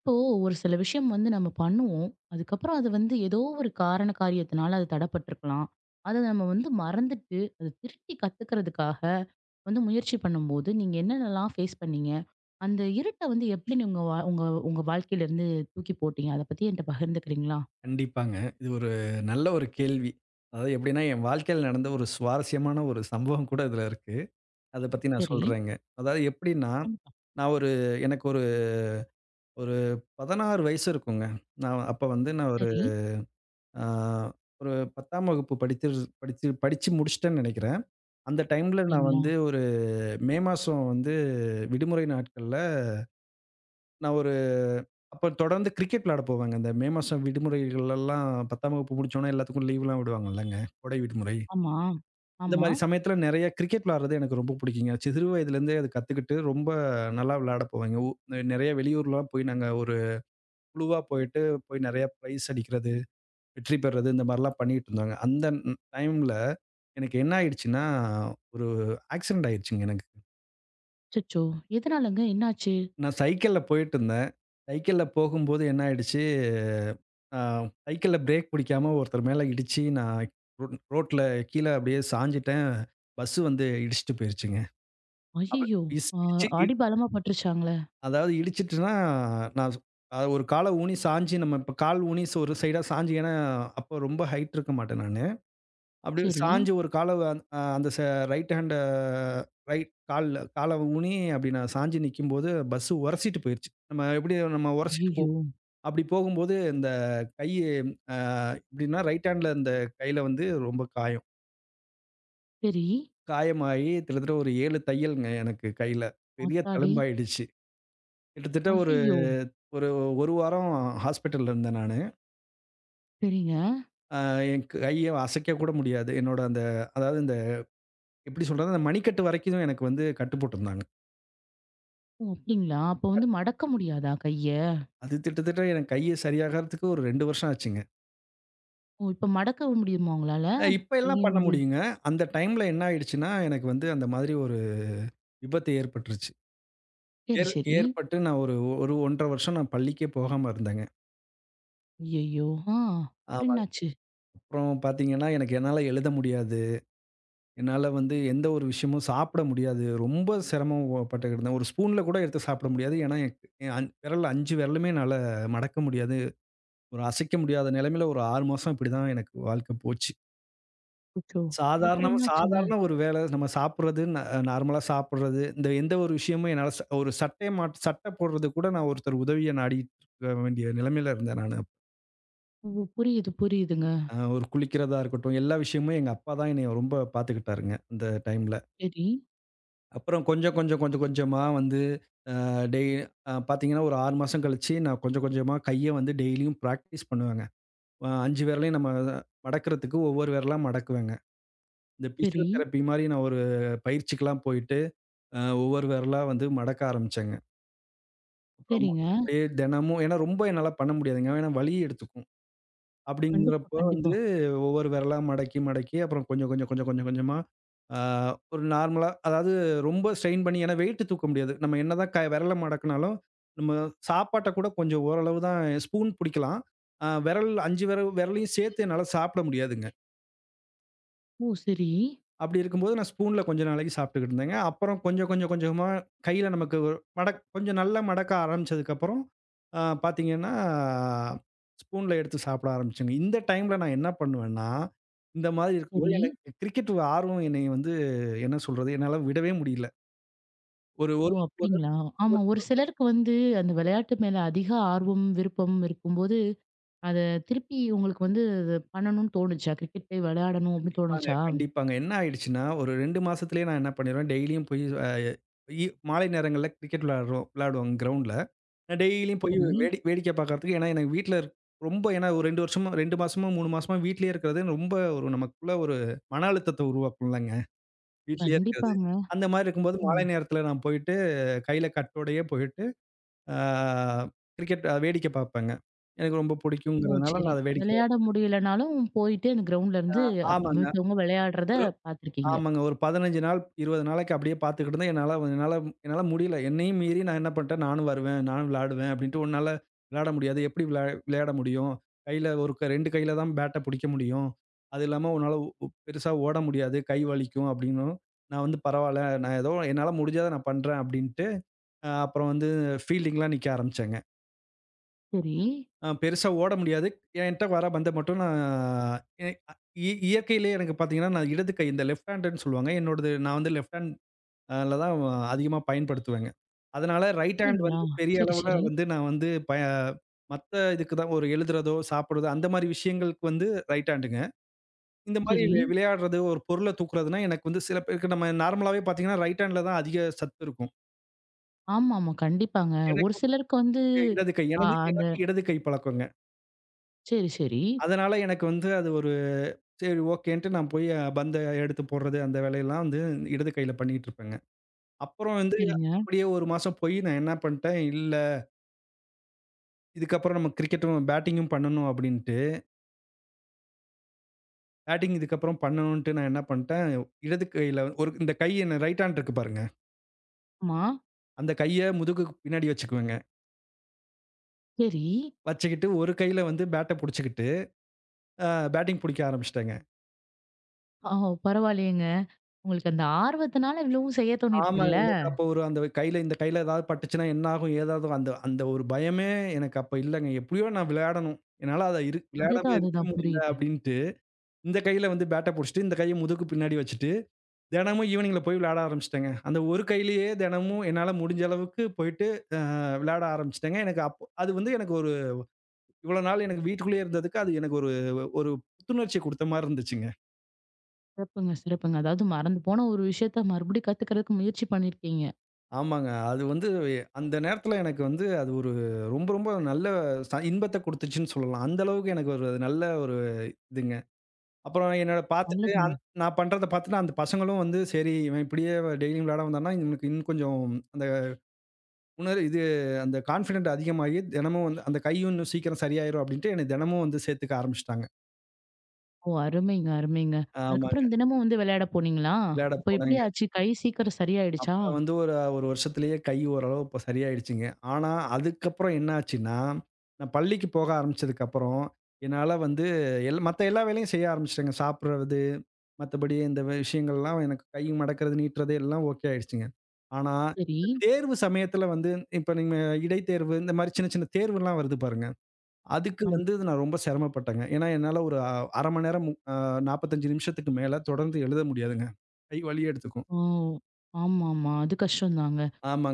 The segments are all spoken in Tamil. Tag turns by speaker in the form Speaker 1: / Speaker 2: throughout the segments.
Speaker 1: இப்போ ஒரு சில விஷயம் வந்து நம்ம பண்ணுவோம். அதுக்கப்புறம் அது வந்து ஏதோ ஒரு காரண காரியத்தினால அது தடப்பட்டுருக்கலாம். அத நம்ம வந்து மறந்துட்டு, அத திருப்பி கத்துக்கிறதுக்காக வந்து முயற்சி பண்ணும்போது, நீங்க என்னென்னலாம் ஃபேஸ் பண்ணீங்க? அந்த இருட்ட வந்து எப்படி நீங்க வா உங்க உங்க வாழ்க்கையிலருந்து தூக்கி போட்டீங்க? அத பத்தி என்ட்ட பகிர்ந்துக்கிறீங்களா?
Speaker 2: கண்டிப்பாங்க. இது ஒரு நல்ல கேள்வி. அதாவது எப்படின்னா, என் வாழ்க்கையில நடந்த ஒரு சுவாரஸ்யமான சம்பவம் கூட இதுல இருக்கு. அத பத்தி நான்
Speaker 1: சரி.
Speaker 2: சொல்றேங்க. அதாவது எப்படின்னா,
Speaker 1: கண்டிப்பா.
Speaker 2: நான் ஒரு எனக்கு ஒரு ஒரு 16 வயசு இருக்குங்க. நான் அப்ப வந்து நான் ஒரு
Speaker 1: சரி.
Speaker 2: ஆ ஒரு 10ஆம் வகுப்பு படித்து படிச்சு படிச்சு முடிச்சுட்டேன்னு நெனைக்கிறேன். அந்த டைம்ல நான்
Speaker 1: அப்படிங்களா?
Speaker 2: வந்து ஒரு மே மாசம் விடுமுறை நாட்கள்ல நான் ஒரு அப்ப தொடர்ந்து கிரிக்கெட் விளையாட போவேங்க. இந்த மே மாசம் விடுமுறைகள்லாம் 10ஆம் வகுப்பு முடிச்சோனே எல்லாத்துக்கும் லீவ்லாம் விடுவாங்கல்லங்க. கோடை விடுமுறை.
Speaker 1: ஆமா.
Speaker 2: இந்த
Speaker 1: ஆமா.
Speaker 2: மாரி சமயத்துல நெறைய கிரிக்கெட் விளையாடுறது எனக்கு ரொம்ப புடிக்குங்க. சிறு வயதிலேருந்தே அத கத்துக்கிட்டு ரொம்ப நல்லா விளையாட போவேங்க. நெறைய வெளியூர்லாம் போய் நாங்க ஒரு குழுவா போயிட்டு நெறைய பிரைஸ் அடிக்கிறது, வெற்றி பெறது இந்த மாரிலாம் பண்ணிட்டு இருந்தாங்க. அந்த டைம்ல எனக்கு என்ன ஆயிடுச்சுன்னா, ஒரு ஆக்சிடென்ட் ஆயிடுச்சுங்க எனக்கு.
Speaker 1: அச்சச்சோ! எதனாலங்க? என்னாச்சு?
Speaker 2: நான் சைக்கிள்ல போயிட்டு இருந்தேன். சைக்கிள்ல போகும்போது என்ன ஆயிடுச்சு, அ சைக்கிள்ல பிரேக் பிடிக்காம ஒருத்தர் மேல இடிச்சு நான் ரோட்ல கீழ அப்படியே சாஞ்சுட்டேன். பஸ் வந்து இடிச்சுட்டு போயிருச்சுங்க. அப்ப
Speaker 1: ஐயய்யோ!
Speaker 2: இஸ்
Speaker 1: அ
Speaker 2: இடிச்சு
Speaker 1: அடி
Speaker 2: இட்
Speaker 1: பலமா பட்டுருச்சாங்களே!
Speaker 2: அதாவது இடிச்சுட்டுன்னா, நான் சொ அது ஒரு கால ஊனி சாஞ்சு நம்ம இப்ப கால் ஊனி சோ ஒரு சைடா சாஞ்சு ஏன்னா, அப்போ ரொம்ப ஹைட் இருக்க மாட்டேன் நானு. அப்படி
Speaker 1: சரி.
Speaker 2: சாஞ்சு ஒரு கால அந்த ரைட் ஹேண்ட ரைட் கால்ல கால ஊனி அப்படி நான் சாஞ்சு நிக்கும்போது, பஸ் உரசிட்டு போயிருச்சு. நம்ம எப்படி நம்ம உரசிட்டு போ
Speaker 1: ஐயய்யோ!
Speaker 2: அப்படி போகும்போது இந்த கை அ எப்படின்னா, ரைட் ஹேண்ட்ல இந்த கையில வந்து ரொம்ப காயம்.
Speaker 1: சரி.
Speaker 2: காயமாயி கிட்டத்தட்ட ஒரு 7 தையல்ங்க எனக்கு கையில. பெரிய
Speaker 1: ஆத்தாடி!
Speaker 2: தழும்பாயிடுச்சு. கிட்டத்தட்ட ஒரு
Speaker 1: ஐயய்யோ!
Speaker 2: ஒரு 1 வாரம் ஹாஸ்பிட்டல்ல இருந்தேன் நானு.
Speaker 1: சரிங்க.
Speaker 2: அ என் கைய அசைக்க கூட முடியாது. என்னோட அந்த அதாவது இந்த எப்படி சொல்றது? அந்த மணிக்கட்டு வரைக்கும் எனக்கு வந்து கட்டு போட்டிருந்தாங்க.
Speaker 1: ஓ! அப்டிங்களா? அப்ப வந்து மடக்க முடியாதா கைய?
Speaker 2: அது கிட்டத்தட்ட எனக்கு கைய சரியாகறதுக்கு ஒரு 2 வருஷம் ஆச்சுங்க.
Speaker 1: ஓ! இப்ப மடக்க முடியுமா உங்களால?
Speaker 2: இப்ப எல்லாம்
Speaker 1: கைய
Speaker 2: பண்ண
Speaker 1: வந்து
Speaker 2: முடியுங்க. அந்த டைம்ல என்ன ஆயிடுச்சுன்னா, எனக்கு வந்து அந்த மாதிரி ஒரு விபத்து ஏற்பட்டுருச்சு.
Speaker 1: சரி,
Speaker 2: ஏற்
Speaker 1: சரி.
Speaker 2: ஏற்பட்டு நான் ஒரு ஒரு 1 1/2 வருஷம் நான் பள்ளிக்கே போகாம இருந்தேங்க.
Speaker 1: ஐயய்யோ! ஆ. அப்புறம்
Speaker 2: ஆமா.
Speaker 1: என்னாச்சு?
Speaker 2: அப்புறம் பார்த்தீங்கன்னா, எனக்கு என்னால எழுத முடியாது. என்னால வந்து எந்த ஒரு விஷயமும் சாப்பிட முடியாது. ரொம்ப சிரமப்பட்டுக்கிட்டு இருந்தேன். ஒரு ஸ்பூன்ல கூட எடுத்து சாப்பிட முடியாது. ஏன்னா, என் என் அஞ் விரல் 5 விரலுமே என்னால மடக்க முடியாது. ஒரு அசைக்க முடியாத நிலைமையில ஒரு 6 மாசம் இப்படிதான் எனக்கு வாழ்க்கை போச்சு.
Speaker 1: அச்சச்சோ! அப்புறம்
Speaker 2: சாதாரணமா
Speaker 1: என்னாச்சுங்க?
Speaker 2: சாதாரண ஒரு வேலை நம்ம சாப்பிடுறது, ந நார்மலா சாப்பிடுறது, இந்த எந்த ஒரு விஷயமும் என்னால ச ஒரு சட்டைய மாட் சட்டை போடுறது கூட நான் ஒருத்தர் உதவிய நாடிட்டு இருக்க வேண்டிய நிலைமையில இருந்தேன் நானு.
Speaker 1: ஓ! புரியுது, புரியுதுங்க.
Speaker 2: ஒரு குளிக்கிறதா இருக்கட்டும், எல்லா விஷயமும் எங்க அப்பா தான் என்னைய ரொம்ப பார்த்துக்கிட்டாருங்க, அந்த டைம்ல.
Speaker 1: சரி,
Speaker 2: அப்புறம் கொஞ்சம், கொஞ்சம், கொஞ்சம் கொஞ்சமா வந்து டெய் அ பார்த்தீங்கன்னா, ஒரு 6 மாசம் கழிச்சு, நான் கொஞ்சம் கொஞ்சமா கைய வந்து டெய்லியும் பிராக்டிஸ் பண்ணுவேங்க. 5 விரலையும் நம்ம மடக்குறதுக்கு ஒவ்வொரு விரலா மடக்குவேங்க. இந்த
Speaker 1: சரி,
Speaker 2: பிசியோதெரபி மாரி நான் ஒரு பயிற்சிக்கெல்லாம் போயிட்டு, ஒவ்வொரு விரலா வந்து மடக்க ஆரம்பிச்சேங்க. அப்புறம்
Speaker 1: சரிங்க.
Speaker 2: அப்படியே தினமும் ஏன்னா ரொம்ப என்னால பண்ண முடியாதுங்க. ஏன்னா வலி எடுத்துக்கும்.
Speaker 1: கண்டிப்பா,
Speaker 2: அப்படிங்கிறப்போ
Speaker 1: கண்டிப்பா.
Speaker 2: வந்து ஒவ்வொரு விரலா மடக்கி அப்புறம் கொஞ்சம், கொஞ்சம், கொஞ்சம், கொஞ்சம், கொஞ்சமா ஆ ஒரு நார்மலா அதாவது ரொம்ப ஸ்ட்ரெயின் பண்ணி ஏன்னா வெயிட் தூக்க முடியாது. நம்ம என்னதான் விரல மடக்குனாலும், நம்ம சாப்பாட்ட கூட கொஞ்சம் ஓரளவு தான் ஸ்பூன் பிடிக்கலாம். ஆ 5 விரல் விரலையும் சேர்த்து என்னால சாப்பிட முடியாதுங்க.
Speaker 1: ஓ! சரி,
Speaker 2: அப்படி இருக்கும்போது நான் ஸ்பூன்ல கொஞ்ச நாளைக்கு சாப்பிட்டுக்கிட்டு இருந்தேங்க. அப்புறம் கொஞ்சம் கொஞ்சம் கொஞ்சமா கையில நமக்கு ஒரு கொஞ்சம் நல்லா மடக்க ஆரம்பிச்சதுக்கப்புறம், பார்த்தீங்கன்னா, ஸ்பூன்ல எடுத்து சாப்பிட ஆரம்பிச்சேங்க. இந்த டைம்ல நான் என்ன பண்ணுவேன்னா, இந்த மாதிரி
Speaker 1: சரி.
Speaker 2: இருக்கும்போது எனக்கு கிரிக்கெட் ஆர்வம் என்னைய வந்து என்ன சொல்றது? என்னால விடவே முடியல. ஒரு
Speaker 1: ஓ!
Speaker 2: ஒரு ஒரு
Speaker 1: அப்டிங்களா? ஆமா.
Speaker 2: ஒரு
Speaker 1: ஒரு
Speaker 2: ஒரு
Speaker 1: சிலருக்கு வந்து அந்த விளையாட்டு மேல அதிக ஆர்வம், விருப்பம் இருக்கும்போது, அத திருப்பி உங்களுக்கு வந்து அத பண்ணணும்னு தோணுச்சா? கிரிக்கெட் போய் விளையாடணும் அப்டின்னு
Speaker 2: கண்டிப்பாங்க,
Speaker 1: தோணுச்சா?
Speaker 2: கண்டிப்பாங்க. என்ன ஆயிடுச்சுன்னா, ஒரு 2 மாசத்திலேயே நான் என்ன பண்ணிருவேன், டெய்லியும் போய் அ இ மாலை நேரங்கள்ல கிரிக்கெட் விளையாடுவாங்க கிரவுண்ட்ல. நான் டெய்லியும் போய்
Speaker 1: சரி.
Speaker 2: வேடிக்கை பார்க்கறதுக்கு ஏன்னா, எனக்கு வீட்ல இருக் ரொம்ப ஏன்னா ஒரு 2 வருஷமா 2 மாசமா, 3 மாசமா வீட்லயே இருக்கிறது ரொம்ப ஒரு நமக்குள்ள ஒரு மன அழுத்தத்த உருவாக்கும்லங்க. வீட்லயே இருக்கிறது.
Speaker 1: கண்டிப்பாங்க.
Speaker 2: அந்த மாரி இருக்கும்போது
Speaker 1: ஆமா.
Speaker 2: மாலை நேரத்தில நான் போயிட்டு, கையில கட்டோடையே போயிட்டு, ஆ கிரிக்கெட் வேடிக்கை பார்ப்பேங்க. எனக்கு ரொம்ப
Speaker 1: ஓ!
Speaker 2: பிடிக்குங்கிறதுனால
Speaker 1: சரி.
Speaker 2: நான் அத வேடிக்கை
Speaker 1: விளையாட
Speaker 2: பார்ப்பேன்.
Speaker 1: முடியலனாலும் போயிட்டு அந்த கிரவுண்ட்ல இருந்து
Speaker 2: ஆமாங்க.
Speaker 1: மத்தவங்க விளையாடுறத பார்த்துருக்கீங்க.
Speaker 2: ஆமாங்க. ஒரு 15 நாள், 20 நாளைக்கு அப்படியே பார்த்துக்கிட்டு இருந்தேன். என்னால என்னால என்னால முடியல. என்னையும் மீறி நான் என்ன பண்ணிட்டேன், நானும் வருவேன், நானும் விளையாடுவேன் அப்படின்ட்டு உன்னால விளையாட முடியாது. எப்படி விளையாட முடியும்? கையில ஒரு க 2 கையில தான் பேட்ட பிடிக்க முடியும். அது இல்லாம உன்னால பெருசா ஓட முடியாது. கை வலிக்கும் அப்படின்னும், நான் வந்து பரவால்ல. நான் ஏதோ என்னால முடிஞ்சத நான் பண்றேன் அப்படின்ட்டு, அப்புறம் வந்து ஃபீல்டிங்லாம் நிக்க ஆரம்பிச்சேங்க.
Speaker 1: சரி.
Speaker 2: பெருசா ஓட முடியாது. என்ட்ட வர பந்த மட்டும் நான் எ இ இயற்கையிலேயே எனக்கு பார்த்தீங்கன்னா, நான் இடது கை இந்த லெஃப்ட் ஹேண்டுன்னு சொல்லுவாங்க. என்னோடது நான் வந்து லெஃப்ட் ஹேண்ட் அதுல தான் அதிகமா பயன்படுத்துவேங்க. அதனால ரைட் ம். ஹேண்ட்
Speaker 1: அப்படிங்களா?
Speaker 2: வந்து பெரிய
Speaker 1: சரி,
Speaker 2: அளவுல
Speaker 1: சரி,
Speaker 2: வந்து நான் வந்து பய மத்த இதுக்கு தான் ஒரு எழுதுறதோ, சாப்பிடுறதோ அந்த மாரி விஷயங்களுக்கு வந்து ரைட் ஹேண்டுங்க. இந்த மாரி
Speaker 1: சரி.
Speaker 2: விளையாடுறது, ஒரு பொருள தூக்குறதுன்னா எனக்கு வந்து சில பேருக்கு நம்ம நார்மலாவே பார்த்தீங்கன்னா, ரைட் ஹேண்ட்ல தான் அதிக சத்து இருக்கும்.
Speaker 1: ஆமாமா. கண்டிப்பாங்க.
Speaker 2: எனக்கு
Speaker 1: ஒரு சிலருக்கு வந்து
Speaker 2: வந்து இடது கை
Speaker 1: அ
Speaker 2: எனது
Speaker 1: அந்த
Speaker 2: எனக்கு இடது கை பழக்கங்க.
Speaker 1: சரி, சரி.
Speaker 2: அதனால எனக்கு வந்து அது ஒரு சரி ஓகேன்ட்டு நான் போய் பந்த எடுத்து போடுறது அந்த வேலையெல்லாம் வந்து இடது கையில பண்ணிட்டு இருப்பேங்க. அப்புறம் வந்து
Speaker 1: சரிங்க.
Speaker 2: அப்படியே 1 மாசம் போய் நான் என்ன பண்ணிட்டேன், இதுக்கப்புறம் நம்ம கிரிக்கெட்டும் பேட்டிங்கும் பண்ணணும் அப்படின்ட்டு, பேட்டிங் இதுக்கப்புறம் பண்ணணுன்ட்டு நான் என்ன பண்ட்டேன், இடது கையில ஒரு இந்த கை என்ன ரைட் ஹேண்ட் இருக்கு பாருங்க.
Speaker 1: ஆமா.
Speaker 2: அந்த கைய முதுகுக்கு பின்னாடி வச்சுக்குவேங்க.
Speaker 1: சரி.
Speaker 2: வச்சுக்கிட்டு ஒரு கையில வந்து பேட்ட புடிச்சுக்கிட்டு, அ பேட்டிங் புடிக்க ஆரம்பிச்சுட்டேங்க.
Speaker 1: ஆ பரவாயில்லையேங்க. உங்களுக்கு அந்த ஆர்வத்தினால இவ்வளவும் செய்ய
Speaker 2: ஆமாங்க
Speaker 1: தோணியிருக்குல்ல.
Speaker 2: எனக்கு அப்போ ஒரு அந்த கையில இந்த கையில ஏதாவது பட்டுச்சுன்னா என்ன ஆகும்? ஏதாவது அந்த அந்த ஒரு பயமே எனக்கு அப்ப இல்லங்க. எப்படியோ நான் விளையாடணும். என்னால அத விளையாடாம
Speaker 1: அதுதான்,
Speaker 2: இருக்க
Speaker 1: அதுதான்.
Speaker 2: முடியல
Speaker 1: புரியுது.
Speaker 2: அப்படின்ட்டு, இந்த கையில வந்து பேட்ட புடிச்சுட்டு, இந்த கைய முதுகுக்கு பின்னாடி வச்சுட்டு தினமும் ஈவினிங்ல போய் விளையாட ஆரம்பிச்சுட்டேங்க. அந்த ஒரு கையிலேயே தினமும் என்னால முடிஞ்ச அளவுக்கு போயிட்டு விளையாட ஆரம்பிச்சுட்டேங்க. எனக்கு அப்போ அது வந்து எனக்கு ஒரு இவ்வளோ நாள் எனக்கு வீட்டுக்குள்ளேயே இருந்ததுக்கு அது எனக்கு ஒரு ஒரு புத்துணர்ச்சிய குடுத்த மாரி இருந்துச்சுங்க.
Speaker 1: சிறப்புங்க, சிறப்புங்க. அதாவது மறந்து போன ஒரு விஷயத்த மறுபடியும் கத்துக்கிறதுக்கு முயற்சி பண்ணியிருக்கீங்க.
Speaker 2: ஆமாங்க. அது வந்து அந்த நேரத்துல எனக்கு வந்து அது ஒரு ரொம்ப ரொம்ப நல்ல இன்பத்த குடுத்துச்சுன்னு சொல்லலாம். அந்த அளவுக்கு எனக்கு ஒரு அது நல்ல ஒரு இதுங்க. அப்புறம் என்னோட பார்த்துட்டு
Speaker 1: நல்லதுங்க.
Speaker 2: அந் நான் பண்றத பார்த்துட்டு அந்த பசங்களும் வந்து சரி இவன் இப்படியே டெய்லியும் விளையாட வந்தான்னா, இவனுக்கு இன்னும் கொஞ்சம் அந்த உணர் இது அந்த கான்ஃபிடென்ட் அதிகமாகி, தினமும் வந்து அந்த கையும் இன்னும் சீக்கிரம் சரியாயிரும் அப்டின்ட்டு என்ன தினமும் வந்து சேர்த்துக்க ஆரம்பிச்சுட்டாங்க.
Speaker 1: ஓ! அருமைங்க, அருமைங்க.
Speaker 2: ஆமாங்க.
Speaker 1: அதுக்கப்புறம் தினமும் வந்து விளையாட போனீங்களா?
Speaker 2: விளையாட
Speaker 1: அப்ப எப்படி
Speaker 2: போனேங்க.
Speaker 1: ஆச்சு? கை சீக்கிரம் சரியாயிடுச்சா?
Speaker 2: அப்புறம் வந்து ஒரு ஒரு வருஷத்திலேயே கை ஓரளவு இப்ப சரியாயிடுச்சுங்க. ஆனா, அதுக்கப்புறம் என்ன ஆச்சுன்னா, நான் பள்ளிக்கு போக ஆரம்பிச்சதுக்கப்புறம், என்னால வந்து எல்லா வேலையும் செய்ய ஆரம்பிச்சுட்டேங்க. சாப்பிடுறது, மத்தபடி இந்த விஷயங்கள்லாம் எனக்கு கை மடக்கிறது, நீட்டுறது எல்லாம் ஓகே ஆயிடுச்சுங்க. ஆனா,
Speaker 1: சரி.
Speaker 2: இந்த தேர்வு சமயத்துல வந்து இப்ப நீங்க இடைத்தேர்வு இந்த மாரி சின்ன சின்ன தேர்வுலாம் வருது பாருங்க. அதுக்கு
Speaker 1: ஆமா.
Speaker 2: வந்து நான் ரொம்ப சிரமப்பட்டேங்க. ஏன்னா, என்னால ஒரு அ 1/2 மணி நேரம் 45 நிமிஷத்துக்கு மேல தொடர்ந்து எழுத முடியாதுங்க. கை வலி எடுத்துக்கும்.
Speaker 1: ஓ! ஆமாமா. அது கஷ்டம்தாங்க.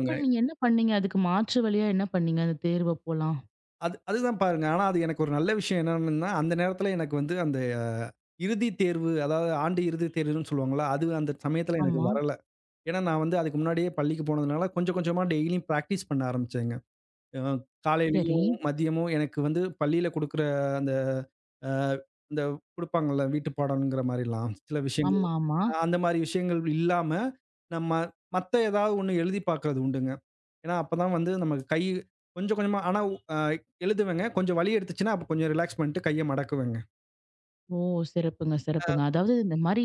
Speaker 1: இப்ப நீங்க என்ன பண்ணீங்க? அதுக்கு மாற்று வழியா என்ன பண்ணீங்க? அந்த தேர்வு அப்போலாம்?
Speaker 2: அதுதான் பாருங்க. ஆனா, அது எனக்கு ஒரு நல்ல விஷயம் என்னன்னா, அந்த நேரத்துல எனக்கு வந்து அந்த இறுதி தேர்வு, அதாவது ஆண்டு இறுதி தேர்வுன்னு சொல்லுவாங்கல்ல, அது அந்த சமயத்துல எனக்கு
Speaker 1: ஆமா.
Speaker 2: வரல. ஏன்னா, நான் வந்து அதுக்கு முன்னாடியே பள்ளிக்கு போனதுனால கொஞ்சம் கொஞ்சமா டெய்லியும் பிராக்டிஸ் பண்ண ஆரம்பிச்சேங்க. அ
Speaker 1: சரி.
Speaker 2: காலையிலயும், மதியமும் எனக்கு வந்து பள்ளியில குடுக்குற அந்த அ இந்த குடுப்பாங்கல்ல வீட்டு பாடம்ங்கிற மாரிலாம் சில விஷயங்கள்
Speaker 1: ஆமா, ஆமா.
Speaker 2: அந்த மாரி விஷயங்கள் இல்லாம, நம்ம மத்த ஏதாவது ஒண்ணு எழுதி பார்க்கறது உண்டுங்க. ஏன்னா, அப்பதான் வந்து நமக்கு கை கொஞ்சம் கொஞ்சமா ஆனா அ எழுதுவேங்க. கொஞ்சம் வலி எடுத்துச்சுன்னா, அப்ப கொஞ்சம் ரிலாக்ஸ் பண்ணிட்டு கைய மடக்குவேங்க.
Speaker 1: ஓ! சிறப்புங்க, சிறப்புங்க. அதாவது இந்த மாரி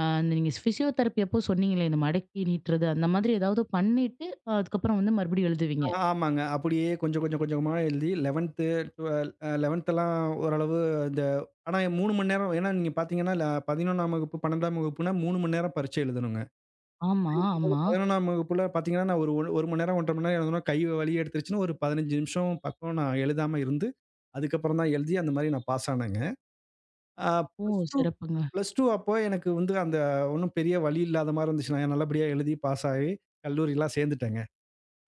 Speaker 1: அ நீங்க ஃபிசியோதெரபி அப்போ சொன்னீங்களே, இந்த மடக்கி நீட்டுறது அந்த மாதிரி ஏதாவது பண்ணிட்டு, அதுக்கப்புறம் வந்து மறுபடியும் எழுதுவீங்க.
Speaker 2: ஆமாங்க. அப்படியே கொஞ்சம் கொஞ்சம் கொஞ்சமா எழுதி 12 11த்லாம் ஓரளவு இந்த ஆனா 3 மணி நேரம் ஏன்னா நீங்க பார்த்தீங்கன்னா, 11ஆம் வகுப்பு, 12ஆம் வகுப்புனா 3 மணி நேரம் பரீட்சை எழுதணுங்க.
Speaker 1: ஆமா, ஆமா.
Speaker 2: 11ஆம் வகுப்புல பார்த்தீங்கன்னா, நான் ஒரு 1 மணி நேரம், 1 1/2 மணி நேரம் எழுதணும். கை வலி எடுத்துருச்சுன்னு ஒரு 15 நிமிஷம் பக்கம் நான் எழுதாம இருந்து, அதுக்கப்புறம் தான் எழுதி அந்த மாரி நான் பாஸ் ஆனேங்க. அ
Speaker 1: ஓ!
Speaker 2: ப்ளஸ் 2
Speaker 1: சிறப்புங்க,
Speaker 2: ப்ளஸ் 2 அப்போ எனக்கு வந்து அந்த ஒண்ணும் பெரிய வலி இல்லாத மாரி இருந்துச்சு. நான் நல்லபடியா எழுதி பாஸ் ஆகி கல்லூரிலாம் சேர்ந்துட்டேங்க.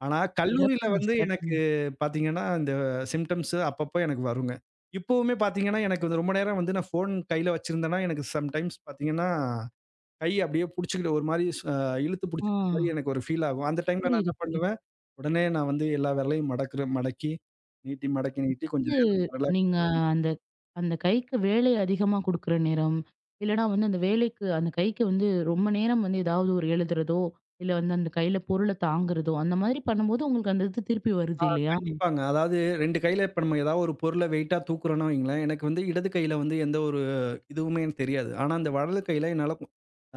Speaker 2: ஆனா கல்லூரியில
Speaker 1: சிறப்புங்க,
Speaker 2: வந்து எனக்கு
Speaker 1: சிறப்புங்க.
Speaker 2: பார்த்தீங்கன்னா, இந்த சிம்ப்டம்ஸ் அப்பப்போ எனக்கு வருங்க. இப்பவுமே பார்த்தீங்கன்னா, எனக்கு வந்து ரொம்ப நேரம் வந்து நான் ஃபோன் கையில வச்சிருந்தேன்னா, எனக்கு சம்டைம்ஸ் பார்த்தீங்கன்னா கை அப்படியே புடிச்சுக்கிட்டு ஒரு மாரி ஸ் அ இழுத்து
Speaker 1: ஆ.
Speaker 2: புடிச்சுக்கிட்ட மாரி எனக்கு ஒரு ஃபீல் ஆகும். அந்த டைம்ல நான்
Speaker 1: புரியுது,
Speaker 2: என்ன
Speaker 1: புரியுது.
Speaker 2: பண்ணுவேன், உடனே நான் வந்து எல்லா விரலையும் மடக்கி, நீட்டி மடக்கி நீட்டி கொஞ்சம்
Speaker 1: வந்து
Speaker 2: நேரம் ரிலாக்ஸ்
Speaker 1: நீங்க அந்த அந்த கைக்கு வேலை அதிகமா குடுக்குற நேரம், இல்லன்னா வந்து அந்த வேலைக்கு அந்த கைக்கு வந்து ரொம்ப நேரம் வந்து ஏதாவது ஒரு எழுதுறதோ, இல்ல வந்து அந்த கையில பொருள தாங்குறதோ, அந்த மாதிரி பண்ணும்போது உங்களுக்கு அந்த இது திருப்பி வருது
Speaker 2: ஆ
Speaker 1: இல்லையா?
Speaker 2: கண்டிப்பாங்க. அதாவது 2 கையில இப்ப நம்ம ஏதாவது ஒரு பொருள வெயிட்டா தூக்குறோம்ன்னு வையுங்களேன், எனக்கு வந்து இடது கையில வந்து எந்த ஒரு இதுவுமே எனக்கு தெரியாது. ஆனா அந்த வலது கையில என்னால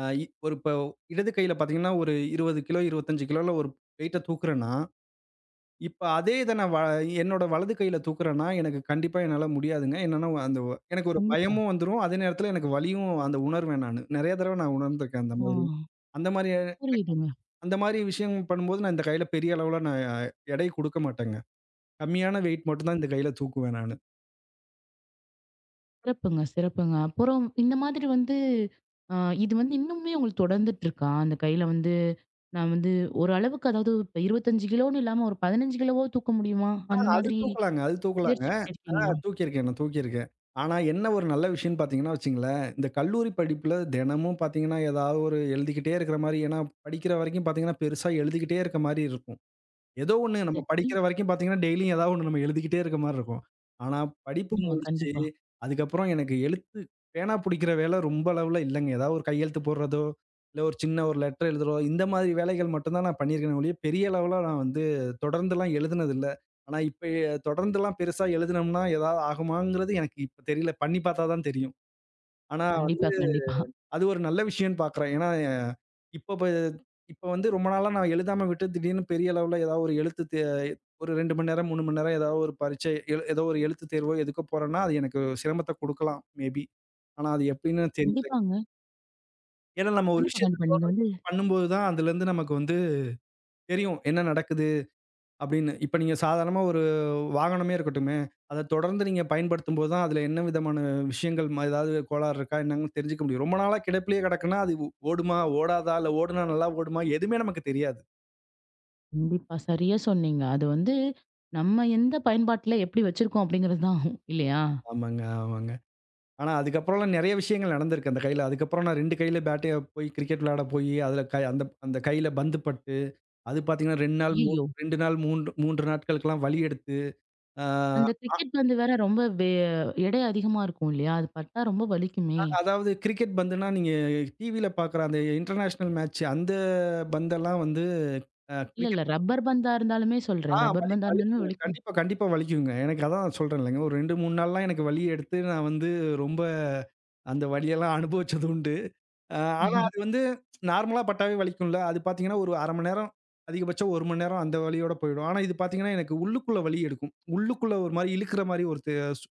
Speaker 2: அ இ ஒரு இப்போ இடது கையில பார்த்தீங்கன்னா, ஒரு 20 கிலோ, 25 கிலோல ஒரு வெயிட்ட தூக்குறேன்னா இப்ப அதே இத நான் வ என்னோட வலது கையில தூக்குறேன்னா, எனக்கு கண்டிப்பா என்னால முடியாதுங்க. என்னன்னா அந்த ஒ எனக்கு ஒரு
Speaker 1: கண்டிப்பா.
Speaker 2: பயமும் வந்துரும். அதே நேரத்துல எனக்கு வலியும் அந்த உணர்வேன் நானு. நெறைய தடவ நான் உணர்ந்துருக்கேன் அந்த
Speaker 1: ஆ
Speaker 2: மாதிரி. அந்த மாரி
Speaker 1: புரியுதுங்க.
Speaker 2: அந்த மாரி விஷயம் பண்ணும்போது நான் இந்த கையில பெரிய அளவுல நான் எடை குடுக்க மாட்டேங்க. கம்மியான வெயிட் மட்டும் தான் இந்த கையில தூக்குவேன் நானு.
Speaker 1: சிறப்புங்க, சிறப்புங்க. அப்புறம் இந்த மாதிரி வந்து அ இது வந்து இன்னுமே உங்களுக்கு தொடர்ந்துட்டு இருக்கா? அந்த கையில வந்து நான் வந்து ஒரு அளவுக்கு அதாவது இப்ப 25 கிலோன்னு இல்லாம ஒரு 15 கிலோவோ தூக்க முடியுமா? அந்த மாதிரி
Speaker 2: அது தூக்கலாங்க.
Speaker 1: முயற்சி பண்ணியிருக்கீங்களா?
Speaker 2: நான் தூக்கியிருக்கேன். ஆனா என்ன ஒரு நல்ல விஷயம்ன்னு பார்த்தீங்கன்னா வச்சுங்களேன், இந்த கல்லூரி படிப்புல தினமும் பார்த்தீங்கன்னா, ஏதாவது ஒரு எழுதிக்கிட்டே இருக்கிற மாரி ஏன்னா படிக்கிற வரைக்கும் பார்த்தீங்கன்னா, பெருசா எழுதிக்கிட்டே இருக்க மாரி இருக்கும். ஏதோ ஒண்ணு நம்ம
Speaker 1: சரி.
Speaker 2: படிக்கிற வரைக்கும் பார்த்தீங்கன்னா, டெய்லியும் ஏதாவது ஒண்ணு நம்ம எழுதிக்கிட்டே இருக்க மாரி இருக்கும். ஆனா, படிப்பு
Speaker 1: ஆமா,
Speaker 2: முடிச்சு,
Speaker 1: கண்டிப்பா.
Speaker 2: அதுக்கப்புறம் எனக்கு பேனா புடிக்கிற வேலை ரொம்ப அளவுல இல்லங்க. ஏதாவது ஒரு கையெழுத்து போடுறதோ, இல்ல ஒரு சின்ன ஒரு லெட்டர் எழுதுறதோ, இந்த மாதிரி வேலைகள் மட்டும் தான் நான் பண்ணியிருக்கேனே ஒழிய, பெரிய அளவுல நான் வந்து தொடர்ந்துலாம் எழுதுனதில்ல. ஆனா, இப்ப தொடர்ந்துலாம் பெருசா எழுதுனோம்னா, ஏதாவது ஆகுமாங்கிறது எனக்கு இப்ப தெரியல. பண்ணி பார்த்தா தான் தெரியும். ஆனா
Speaker 1: கண்டிப்பா, கண்டிப்பா.
Speaker 2: அது ஒரு நல்ல விஷயம்ன்னு பார்க்குறேன். ஏன்னா, இப்ப ப இப்ப வந்து ரொம்ப நாளா நான் எழுதாம விட்டு திடீர்னு பெரிய அளவுல ஏதாவது ஒரு எழுத்து தே ஒரு 2 மணி நேரம், 3 மணி நேரம் ஏதாவது ஒரு பரீட்சை எல் ஏதோ ஒரு எழுத்து தேர்வோ எதுக்கோ போறேன்னா, அது எனக்கு சிரமத்த குடுக்கலாம் மேபி. ஆனா அது எப்படின்னு தெரியல.
Speaker 1: கண்டிப்பாங்க.
Speaker 2: ஏன்னா நம்ம ஒரு
Speaker 1: கண்டிப்பா,
Speaker 2: விஷயத்த
Speaker 1: கண்டிப்பா. நீங்க வந்து
Speaker 2: பண்ணும்போது தான் அதுலருந்து நமக்கு வந்து தெரியும் என்ன நடக்குது. அப்படின்னு. இப்ப நீங்க சாதாரணமா ஒரு வாகனமே இருக்கட்டுமே, அத தொடர்ந்து நீங்க பயன்படுத்தும்போது தான், அதுல என்ன விதமான விஷயங்கள் ஏதாவது கோளாறு இருக்கா என்னன்னு தெரிஞ்சுக்க முடியும். ரொம்ப நாளா கிடப்பிலேயே கிடக்குன்னா, அது ஓடுமா? ஓடாதா? இல்ல ஓடுனா நல்லா ஓடுமா? எதுவுமே நமக்கு தெரியாது.
Speaker 1: கண்டிப்பா, சரியா சொன்னீங்க. அது வந்து நம்ம எந்த பயன்பாட்டுல எப்படி வச்சிருக்கோம் அப்படிங்கிறது தான் ஆகும். இல்லையா?
Speaker 2: ஆமாங்க, ஆமாங்க. ஆனா அதுக்கப்புறம்லாம் நெறைய விஷயங்கள் நடந்திருக்கு அந்த கையில. அதுக்கப்புறம் நான் 2 கையில பேட்டைய போய் கிரிக்கெட் விளையாட போயி, அதுல கை அந்த அந்த கையில பந்து பட்டு, அது பாத்தீங்கன்னா
Speaker 1: ஐய்யய்யோ!
Speaker 2: 2 நாள், 3 நாட்களுக்கெல்லாம் வலி எடுத்து, ஆ
Speaker 1: அந்த கிரிக்கெட் பந்து வேற ரொம்ப எடை அதிகமா இருக்கும் இல்லையா? அது பட்டா ரொம்ப வலிக்குமே!
Speaker 2: அதாவது கிரிக்கெட் பந்துன்னா, நீங்க டிவில பார்க்குற அந்த இன்டர்நேஷனல் மேட்ச் அந்த பந்தெல்லாம் வந்து
Speaker 1: இல்ல, இல்ல.
Speaker 2: கிரிக்கெட்
Speaker 1: ரப்பர் பந்தா இருந்தாலுமே
Speaker 2: ஆ
Speaker 1: சொல்றேன். ரப்பர்
Speaker 2: வலி
Speaker 1: பந்தா இருந்தாலுமே
Speaker 2: வலிக்குங்க.
Speaker 1: வலிக்கும்.
Speaker 2: கண்டிப்பா, கண்டிப்பா வலிக்குங்க. எனக்கு அதான் சொல்றேன் இல்லைங்க. ஒரு 2, 3 நாள்லாம் எனக்கு வலி எடுத்து நான் வந்து ரொம்ப அந்த வலியெல்லாம் அனுபவிச்சது உண்டு. அ ஆனா அது வந்து நார்மலா பட்டாவே வலிக்கும்ல. அது பார்த்தீங்கன்னா, ஒரு 1/2 மணி நேரம், அதிகபட்சம் 1 மணி நேரம் அந்த வலியோட போயிடும். ஆனா இது பார்த்தீங்கன்னா, எனக்கு உள்ளுக்குள்ள வலி எடுக்கும். உள்ளுக்குள்ள ஒரு மாரி இழுக்கிற மாரி ஒரு தே சு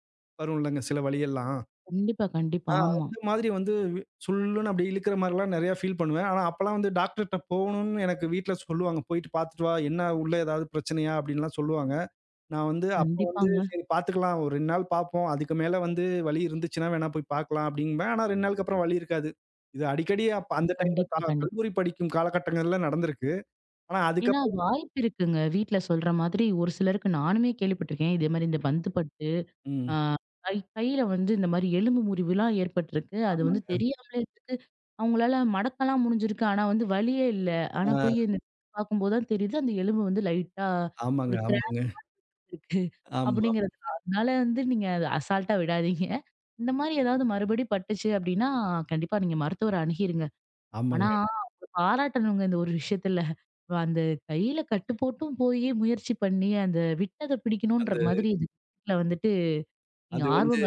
Speaker 2: வரும் இல்லங்க சில வலியெல்லாம்.
Speaker 1: கண்டிப்பா, கண்டிப்பா. ஆமா.
Speaker 2: அந்த மாதிரி வந்து சுள்ளுன்னு அப்படி இழுக்கிற மாரிலாம் நெறையா ஃபீல் பண்ணுவேன். ஆனா அப்பலாம் வந்து டாக்டர்ட்ட போகணும்னு எனக்கு வீட்ல சொல்லுவாங்க. "போயிட்டு பார்த்துட்டு வா. என்ன உள்ள ஏதாவது பிரச்சனையா?" அப்படின்லாம் சொல்லுவாங்க. நான் வந்து அப்ப வந்து
Speaker 1: கண்டிப்பாங்க.
Speaker 2: சரி பார்த்துக்கலாம். ஒரு 2 நாள் பார்ப்போம். அதுக்கு மேல வந்து வலி இருந்துச்சுன்னா வேணா போய் பார்க்கலாம் அப்படிம்பேன். ஆனா 2 நாளுக்கு அப்புறம் வலி இருக்காது. இது அடிக்கடி அப்ப அந்த டைம்ல
Speaker 1: கண்டிப்பா, கண்டிப்பா.
Speaker 2: கல்லூரி படிக்கும் காலகட்டங்கள்ல நடந்திருக்கு. ஆனா
Speaker 1: ஏன்னா
Speaker 2: அதுக்கப்புறம்
Speaker 1: வாய்ப்பு இருக்குங்க. வீட்ல சொல்ற மாதிரி ஒரு சிலருக்கு நானுமே கேள்விப்பட்டிருக்கேன். இதே மாரி இந்த பந்து பட்டு ஆ
Speaker 2: ம்.
Speaker 1: கையில வந்து இந்த மாரி எலும்பு முறிவுலாம் ஏற்பட்டிருக்கு. அது வந்து
Speaker 2: ஆமாங்க.
Speaker 1: தெரியாமலே இருக்கு. அவங்களால மடக்கலாம் முடிஞ்சிருக்கு. ஆனா வந்து வலியே இல்ல. ஆனா போய்
Speaker 2: ஆ
Speaker 1: இந்த பார்க்கும்போது தான் தெரியுது, அந்த எலும்பு வந்து லைட்டா
Speaker 2: ஆமாங்க,
Speaker 1: ஒரு கிராக்
Speaker 2: ஆமாங்க.
Speaker 1: இருக்கு
Speaker 2: ஆமா,
Speaker 1: அப்படிங்கிறது. அதனால வந்து நீங்க அத அசால்ட்டா விடாதீங்க. இந்த மாரி ஏதாவது மறுபடி பட்டுச்சு அப்படின்னா, கண்டிப்பா நீங்க மருத்துவர அணுகிருங்க. ஆனா
Speaker 2: ஆமாங்க.
Speaker 1: அவங்கள பாராட்டணுங்க இந்த ஒரு விஷயத்துல. அந்த கையில கட்டு போட்டும் போயி முயற்சி பண்ணி, அந்த விட்டத பிடிக்கணுன்ற
Speaker 2: அந்த
Speaker 1: மாதிரி இதுல வந்துட்டு நீங்க
Speaker 2: அது வந்து
Speaker 1: ஆர்வம்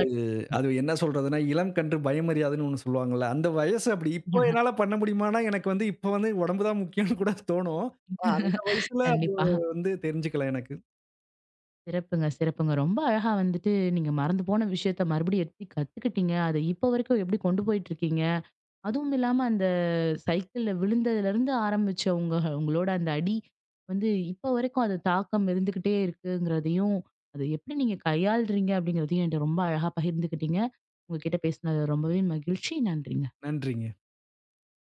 Speaker 2: அது என்ன சொல்றதுன்னா, இளம் கன்று பயமறியாதுன்னு ஒண்ணு சொல்லுவாங்கல்ல. அந்த வயசு அப்படி. இப்போ
Speaker 1: காட்டினீங்க.
Speaker 2: என்னால பண்ண முடியுமான்னா, எனக்கு வந்து இப்போ வந்து உடம்பு தான் முக்கியம்னு கூட தோணும். ஆனா அந்த வயசுல அது
Speaker 1: கண்டிப்பா.
Speaker 2: வந்து தெரிஞ்சுக்கல எனக்கு.
Speaker 1: சிறப்புங்க, சிறப்புங்க. ரொம்ப அழகா வந்துட்டு நீங்க மறந்து போன விஷயத்த மறுபடியும் எப்படி கத்துக்கிட்டீங்க? அத இப்ப வரைக்கும் எப்படி கொண்டு போயிட்டுருக்கீங்க? அதுவும் இல்லாம அந்த சைக்கிள்ல விழுந்ததுலருந்து ஆரம்பிச்ச உங்க அந்த அடி வந்து இப்ப வரைக்கும் அது தாக்கம் இருந்துகிட்டே இருக்குங்கிறதையும், அத எப்படி நீங்க கையாளுறீங்க? அப்படிங்கிறதையும் என்ட்ட ரொம்ப அழகா பகிர்ந்துக்கிட்டீங்க. உங்ககிட்ட பேசினது ரொம்பவே மகிழ்ச்சி. நன்றிங்க.
Speaker 2: நன்றிங்க.